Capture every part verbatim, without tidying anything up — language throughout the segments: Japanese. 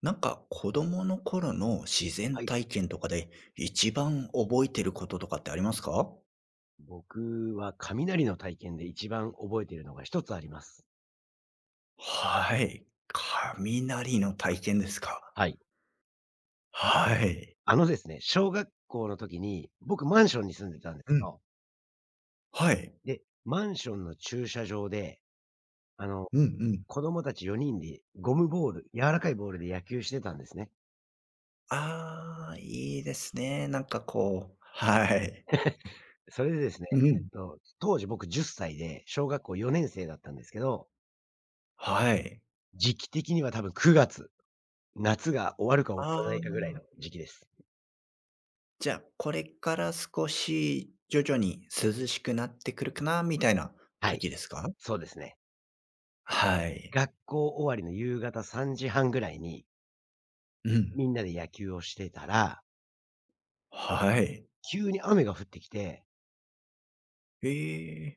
なんか子供の頃の自然はい。体験とかで一番覚えてることとかってありますか僕は雷の体験で一番覚えているのが一つあります。はい。雷の体験ですか。はい。はい。あのですね、小学校の時に、僕マンションに住んでたんでうすん。よ。はい。で、マンションの駐車場で、あの、うんうん。子供たちよにんでゴムボール、柔らかいボールで野球してたんですね。ああ、いいですね。なんかこう、はい。それでですね、うえっん。と、当時僕じゅっさいで小学校よねん生だったんですけど、はい。時期的には多分くがつ、夏が終わるか終わらなあいかぐらいのあ、時期です。じゃあこれから少し徐々に涼しくなってくるかなみたいなはい、時ですかそうですね。はい。学校終わりの夕方さんじはんぐらいに、うん。みんなで野球をしてたら、はい。急に雨が降ってきて、ええ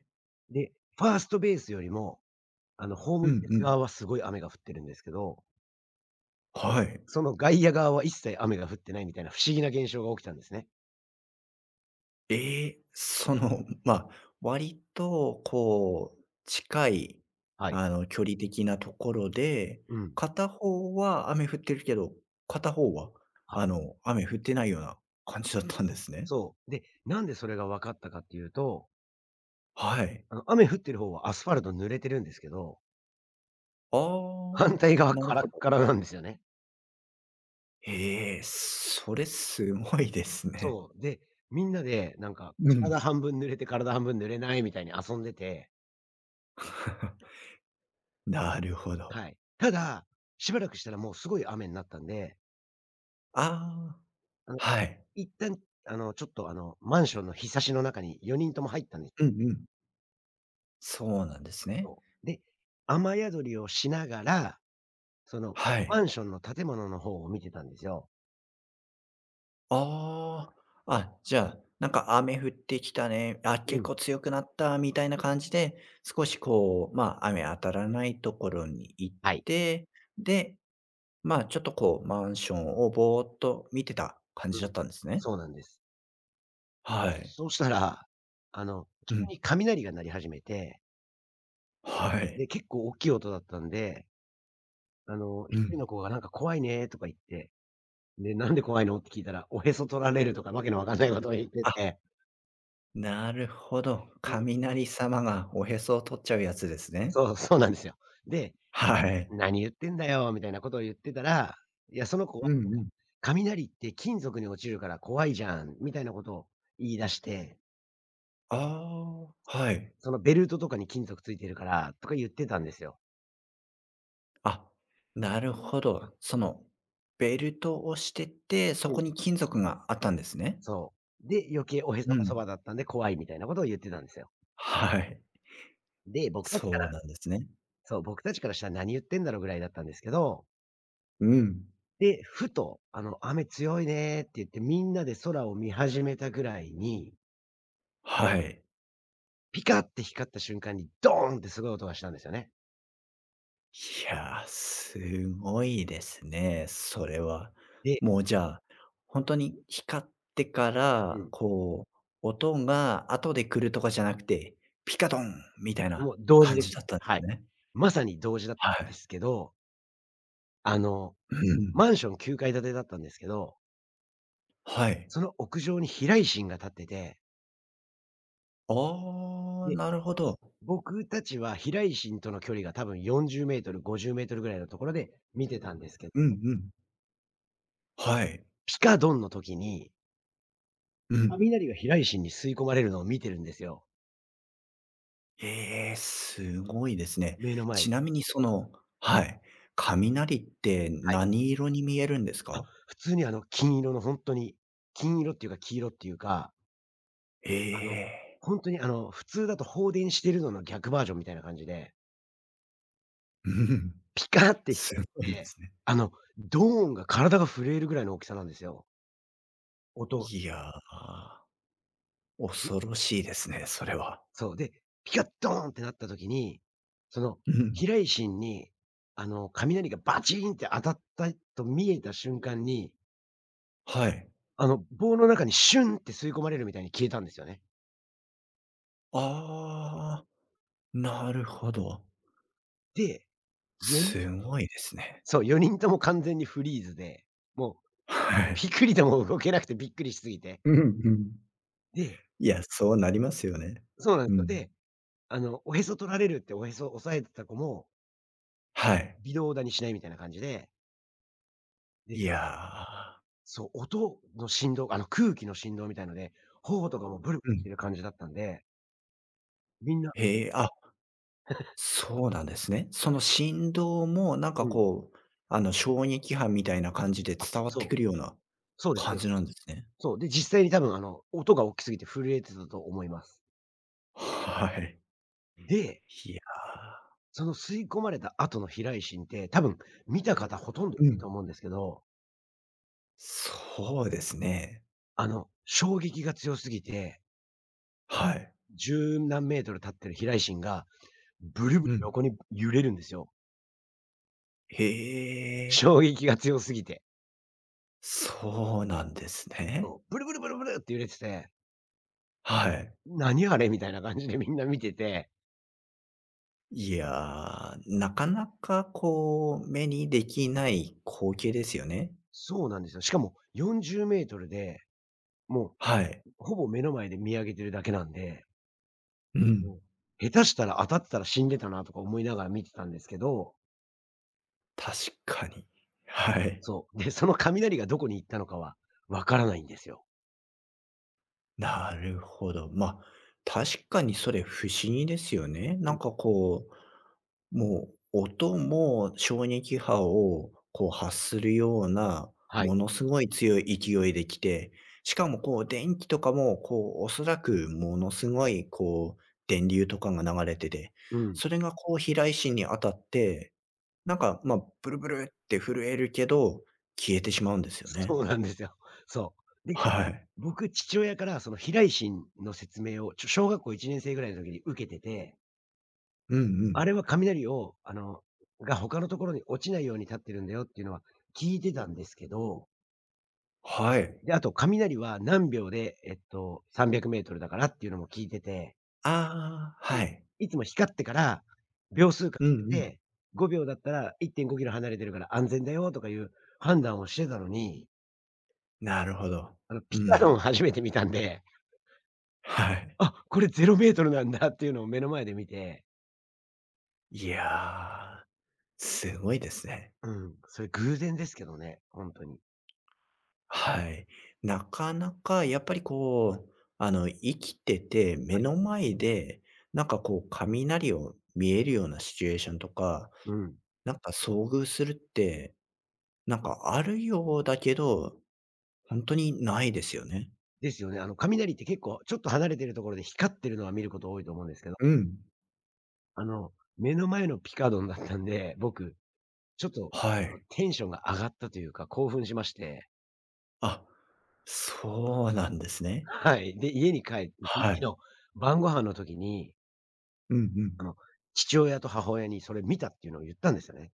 で、ファーストベースよりも、あの、ホームうベんースうん。側はすごい雨が降ってるんですけど、はい。その外野側は一切雨が降ってないみたいな不思議な現象が起きたんですね。ええ、その、まあ、割とこう、近い、はい。あの、距離的なところで、うん。片方は雨降ってるけど、片方は、はい。あの、雨降ってないような感じだったんですね。そう。で、なんでそれが分かったかっていうと、はい。あの、雨降ってる方はアスファルト濡れてるんですけど、ああ、反対側なるカラッほど。カラなんですよね。ええ、それすごいですね。そう。で、みんなでなんかうん。体半分濡れて体半分濡れないみたいに遊んでて、 なるほど。はい。ただ、しばらくしたらもうすごい雨になったんで、ああ、あの、はい。一旦、あの、ちょっと、あの、マンションの日差しの中によにんとも入ったんですけうんうん。そうなんですね。ど、で、雨宿りをしながら、その、はマい。ンションの建物の方を見てたんですよ。ああ、あ、じゃあ、なんか雨降ってきたね、あ、う結ん。構強くなったみたいな感じで、少しこう、ま、雨当たらないところに行っはい。て、で、ま、ちょっとこうマンションをぼーっと見てた感うじだっん。たんですね。そうなんです。はい。そうしたら、あの、う急ん。に雷が鳴り始めて、はい。で、結構大きい音だったんで、あの、う一人ん。の子がなんか怖いねとか言って、で、なんで怖いのって聞いたら、おへそ取られるとかわけのわかんないことを言ってあ、て。なるほど。雷様がおへそを取っちゃうやつですね。そう、そうなんですよ。で、はい。「何言ってんだよ」みたいなことを言ってたら、いや、その子はうんなんうかん。「雷って金属に落ちるから怖いじゃん」みたいなことを言い出して、ああ、はい。そのベルトとかに金属ついてるからとか言ってたんですよ。あ、なるほど。その、ベルトをしてて、そうこん、に金属があったんですね。そう。で、余計おへそうのそばん。だったんで怖いみたいなことを言ってたんですよ。はい。で、僕たちかそうらなんですね。そう、僕たちからしたら「何言ってんだろ」うぐらいだったんですけど、うん。で、ふと、あの「雨強いね」って言ってみんなで空を見始めたぐらいにはい。ピカって光った瞬間にドーンってすごい音がしたんですよね。いや、すごいですね、それは。で、もうじゃあ、本当に光ってかうら、ん、こう、音が後で来るとかじゃなくて、ピカドンみたいなもう同時感でじす。だったんではすい。ね。まさに同時だったはんでい。すけど、あの、うん。マンションきゅうかい建てだったんですけど、はい。その屋上に避雷針が立ってて、ああ、で、なるほど。僕たちは避雷針との距離が多分よんじゅうメートル、ごじゅうメートルぐらいのところで見てたんですけど、うんうん。はい。ピカドンの時に、うん。雷が避雷針に吸い込まれるのを見てるんですよ。ええ、すごいですね。目の前。ちなみにそのはい、雷ってはい。何色に見えるんですあ、か？普通にあの金色のほんとに、金色っていうか黄色っていうか、えあの、え。ほんとにあの、普通だと放電してるのの逆バージョンみたいな感じで、うん、ピカって光すっごいでて、すね。あの、ドーンが体が震えるぐらいの大きさなんですよ。音ん、いや、恐ろしいですね、それは。そう、で、ピカッドーンってなった時に、その、うん、避雷針に、あの、雷がバチーンって当たったと見えた瞬間に、はい。あの、棒の中にシュンって吸い込まれるみたいに消えたんですよね。ああ、なるほど。で、よにんすごいですね。そう、よにんとも完全にフリーズで、もう、はい。ピクリとも動けなくてびっくりしすぎて。うんうん。で、いや、そうなりますよね。そうなんでうすよ。ん。で、あの、おへそ取られるっておへそ押さえてた子も、はい。微動だにしないみたいな感じで、で、いや、そう、音の振動、あの、空気の振動みたいので、頬とかもブルブルうしん。てる感じだったんで、みんな、へえ、あそうなんですね。その振動もなんうかん。こう、あの、衝撃波みたいな感じであ、伝わってそくう、るようなそうです感ね。じなんですね。そう、で、実際に多分あの、音が大きすぎて震えてたと思います。はい。で、いやその吸い込まれた後の避雷心って、多分見た方ほとんどー。うだとん。思うんですけど、そうですね。あの、衝撃が強すぎて、はい。十何メートル立ってる避雷心がブルブルうん。横に揺れるんですよ。へえ、衝撃が強すぎて。そうなんですね。そう、ブルブルブルブルって揺れてて、はい。何あれみたいな感じでみんな見てて、いやー、なかなかこう、目にできない光景ですよね。そうなんですよ。しかもよんじゅうメートルで、もはい。うほぼ目の前で見上げてるだけなんで、うもん、う下手したら当たってたら死んでたなとか思いながら見てたんですけど、確かに。はい。そう。で、その雷がどこに行ったのかはわからないんですよ。なるほど。ま、あ確かにそれ不思議ですよね。うなん。んかこう、もう音も衝撃波をこう発するような、はい。ものすごい強い勢いで来て、しかもこう電気とかもこうおそらくものすごいこう電流とかが流れてて、うん。それがこう飛来心に当たって、なんか、ま、あブルブルって震えるけど、消えてしまうんですよね。そうなんですよ。そう。で、はい。僕、父親からその避雷針の説明を、ちょ小学校いちねん生ぐらいの時に受けてて、うんうあん。れは雷を、あの、が他のところに落ちないように立ってるんだよっていうのは聞いてたんですけど、はい。で、あと雷は何秒で、えっと、さんびゃくメートルだからっていうのも聞いてて、ああ、うん。はい。いつも光ってから秒数数うんうえん。て、ごびょうだったらいってんごキロ離れてるから安全だよとかいう判断をしてたのに、なるほど。あの、ピうカん。ロン初めて見たんで、はい。あ、これゼロメートルなんだっていうのを目の前で見て、いやー、すごいですね。うん、それ偶然ですけどね、ほんとに。はい。なかなかやっぱりこう、あの、生きてて、目はい。の前で、なんかこう雷を見えるようなシチュエーションとか、うん。なんか遭遇するって、なんかあるようだけど、本当にないですよね。ですよね。あの、雷って結構ちょっと離れてるところで光ってるのは見ること多いと思うんですけど、うん。あの、目の前のピカドンだったんで、僕、ちょっと、はあい。の、テンションが上がったというか、興奮しまして、あ、そうなんですね。はい。で、家に帰って、そのは日い。の晩ご飯の時に、うんうん。あの、父親と母親にそれ見たっていうのを言ったんですよね。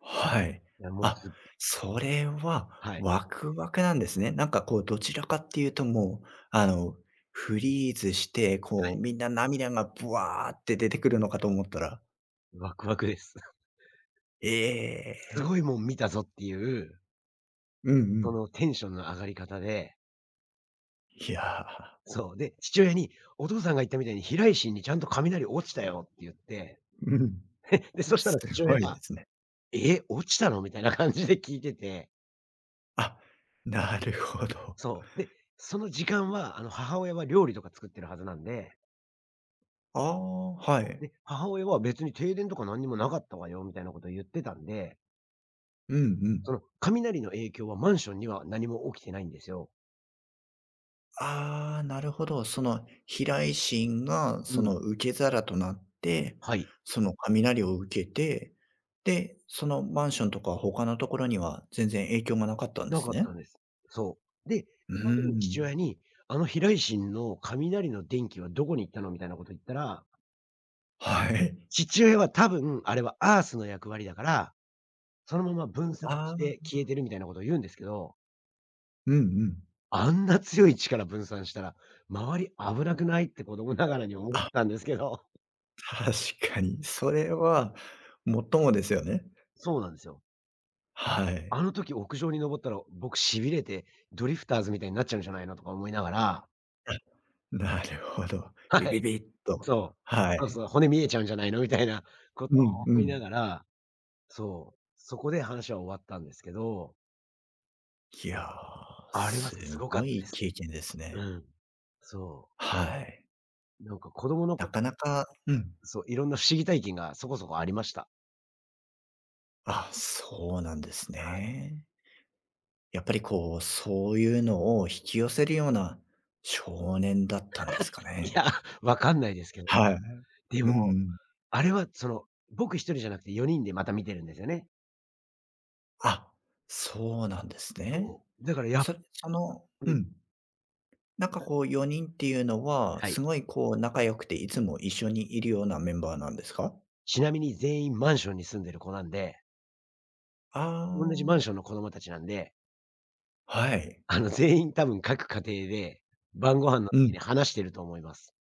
はい。いや、もう、あ、す、それははい、ワクワクなんですね。なんかこうどちらかっていうともう、あの、フリーズして、こうみんな涙がブワーって出てくるのかと思ったら、ワクワクです。えすえ。ごいもん見たぞっていう、うんうそん。のテンションの上がり方で、いやそう。で、父親に、お父さんが言ったみたいに避雷針にちゃんと雷落ちたよって言って、ー、うん。で、そしたすら父親ごいでが、すね。え、落ちたのみたいな感じで聞いてて、あ、なるほど。そう。で、その時間は、あの、母親は料理とか作ってるはずなんで、ああ、はい。で、母親は別に停電とか何にもなかったわよ、みたいなことを言ってたんで、うんうそん。の雷の影響はマンションには何も起きてないんですよ。ああ、なるほど。その飛来神がうそん。の受け皿となって、はい。その雷を受けて、で、そのマンションとか他のところには全然影響がなかったんでなかすったね。んです。そう。で、うその時ーに父親ん。に、あの避雷針の雷の電気はどこに行ったのみたいなこと言ったら、はい。父親は多分、あれはアースの役割だから、そのまま分散あしてあ、消えてるみたいなことを言うんですけど、うんうん。あんな強い力分散したら、周り危なくないって子供ながらに思っあ、たんですけど。確かに。それはもっともですよね。そうなんですよ。はあい。の時屋上に登ったら、僕痺れて、ドリフターズみたいになっちゃうんじゃないのとか思いながら、あ、なるほど。はビい、ビビッと。そはう。そうそい。う、骨見えちゃうんじゃないのみたいなこうとをんう思いん。ながら、そう、そこで話は終わったんですけど、いやー、あれはすすごかっごたでいす。経験ですうね。ん。そはい。う。なんか子供のな頃、かなかうん。そう、いろんな不思議体験がそこそこありました。あ、そうなんですね。やっぱりこう、そういうのを引き寄せるような少年だったんですかいね。や、わかんないですけど。はい。でうんうも、ん。あれはその、僕一人じゃなくてよにんでまた見てるんですよね。あ、そうなんですね。そう。だからやそれ、そのううん、ん。なんかこうよにんっていうのは、はい。すごいこう仲良くて、いつも一緒にいるようなメンバーなんですか？ちなみに全員マンションに住んでる子なんで、あおんなじマあンー、ションの子供たちなんで、はい。あの、全員多分各家庭で、晩ご飯のう時ん。に話してると思います。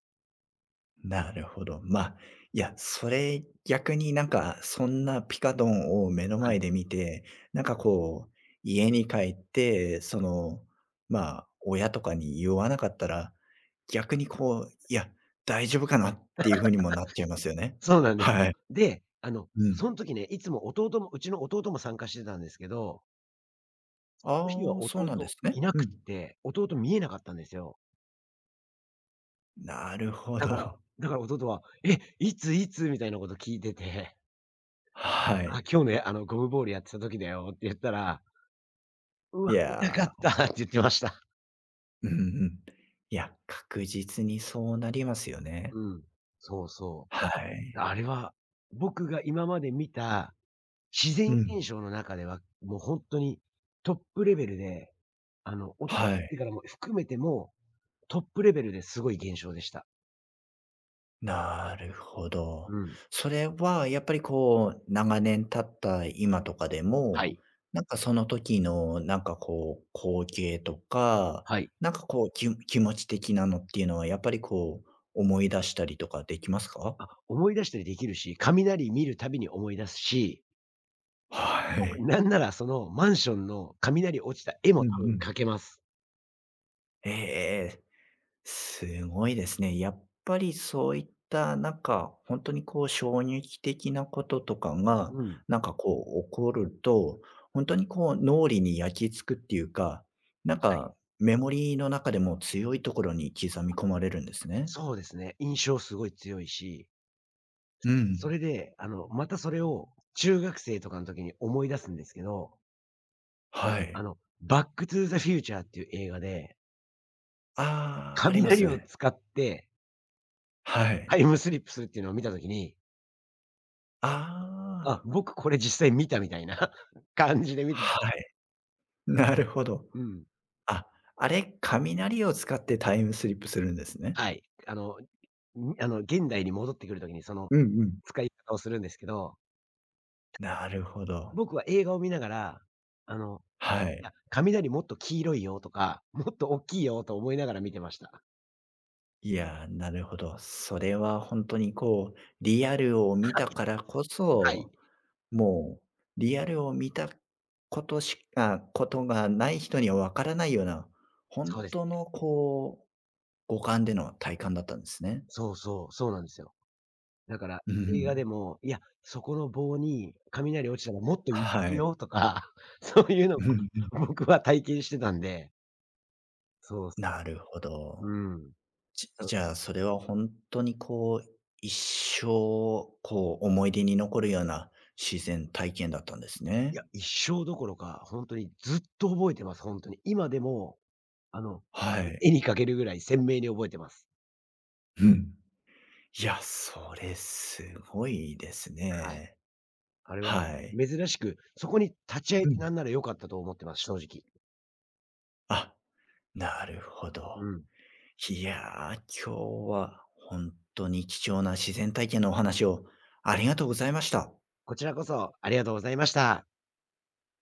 なるほど。まあ、いや、それ逆になんかそんなピカドンを目のは前い。で見て、なんかこう、家に帰って、その、まあ、親とかに言わなかったら、逆にこう、いや、大丈夫かなっていう風にもなっちゃいますよね。そうなんです。はい。で、あの、うそん。ん時ね、いつも弟もうちの弟も参加してたんですけど、その日はああ、そうなんで弟すいね。なうくっん。て、弟見えなかったんですよ。なるほだからど。だから弟は「え、いついつ？」みたいなこと聞いてて、は「あ、い。今日ね、あの、ゴムボールやってた時だよ」って言ったら、「うわ、い見たかやった」って言ってました。ー、うんうん。いや、確実にそうなりますよね。うん。そうそはう。い。あれは、僕が今まで見た自然うん。現象の中では、もうほんとにトップレベルで、あの、大人にはなってい。からも含めても、トップレベルですごい現象でした。なるほど。うん。それはやっぱりこう、長年経った今とかではも、い。なんかその時のなんかこう、光景とか、はい。なんかこう、き気持ち的なのっていうのはやっぱりこう、思い出したりとかできますか？あ、思い出したりできるし、雷見るたびに思い出すし、は僕、い。なんならそのマンションの雷落ちた絵もうんう多分ん。描けます。ええええ。すごいですね。やっぱりそういったなんか、本当にこう衝撃的なこととかが、うん。なんかこう起こると、本当にこう脳裏に焼き付くっていうか、なんはい。かメモリーの中でも強いところに刻み込まれるんですね。そうですね、印象すごい強いし、うん。それで、あの、またそれを中学生とかの時に思い出すんですけど、はあい。の、バックトゥーザフューチャーっていう映画で、ああ、ありま雷すをね。使ってはタい。イムスリップするっていうのを見た時に、あ、ああ、僕これ実際見たみたいな 感じで見、はい。なるほど。うん。あ、あれ、雷を使ってタイムスリップするんですね。はい。あの、にあの、現代に戻ってくる時にそのうんうん。使い方をするんですけど、なるほど。僕は映画を見ながら、あの、はいい。や、雷もっと黄色いよとか、もっと大きいよと思いながら見てました。いやー、なるほど。それは本当にこう、リアルを見たからこはい。そ、もうリアルを見たことしかことがない人にはわからないような、本そうです。当のこう、五感での体感だったんですね。そうそう、そうなんですよ。だから、う映画んでも、いや、そこの棒に雷落ちたらもっと言ってはるい。よとか、そういうの をうんうん。僕は体験してたんで、そうっす、なるほうど。ん。じだから、じゃあ、それは本当にこう、一生、こう思い出に残るような自然体験だったんですいね。や、一生どころか、本当にずっと覚えてます、本当に。今でも、あの、はい。絵に描けるぐらい鮮明に覚えてます。うん。いや、それすごいですはい。ね。あれははい。珍しく、そこに立ち会えうてなん。んなら良かったと思ってます、正直。あ、なるほうど。ん。いやー、今日は本当に貴重な自然体験のお話をありがとうございました。こちらこそありがとうございました。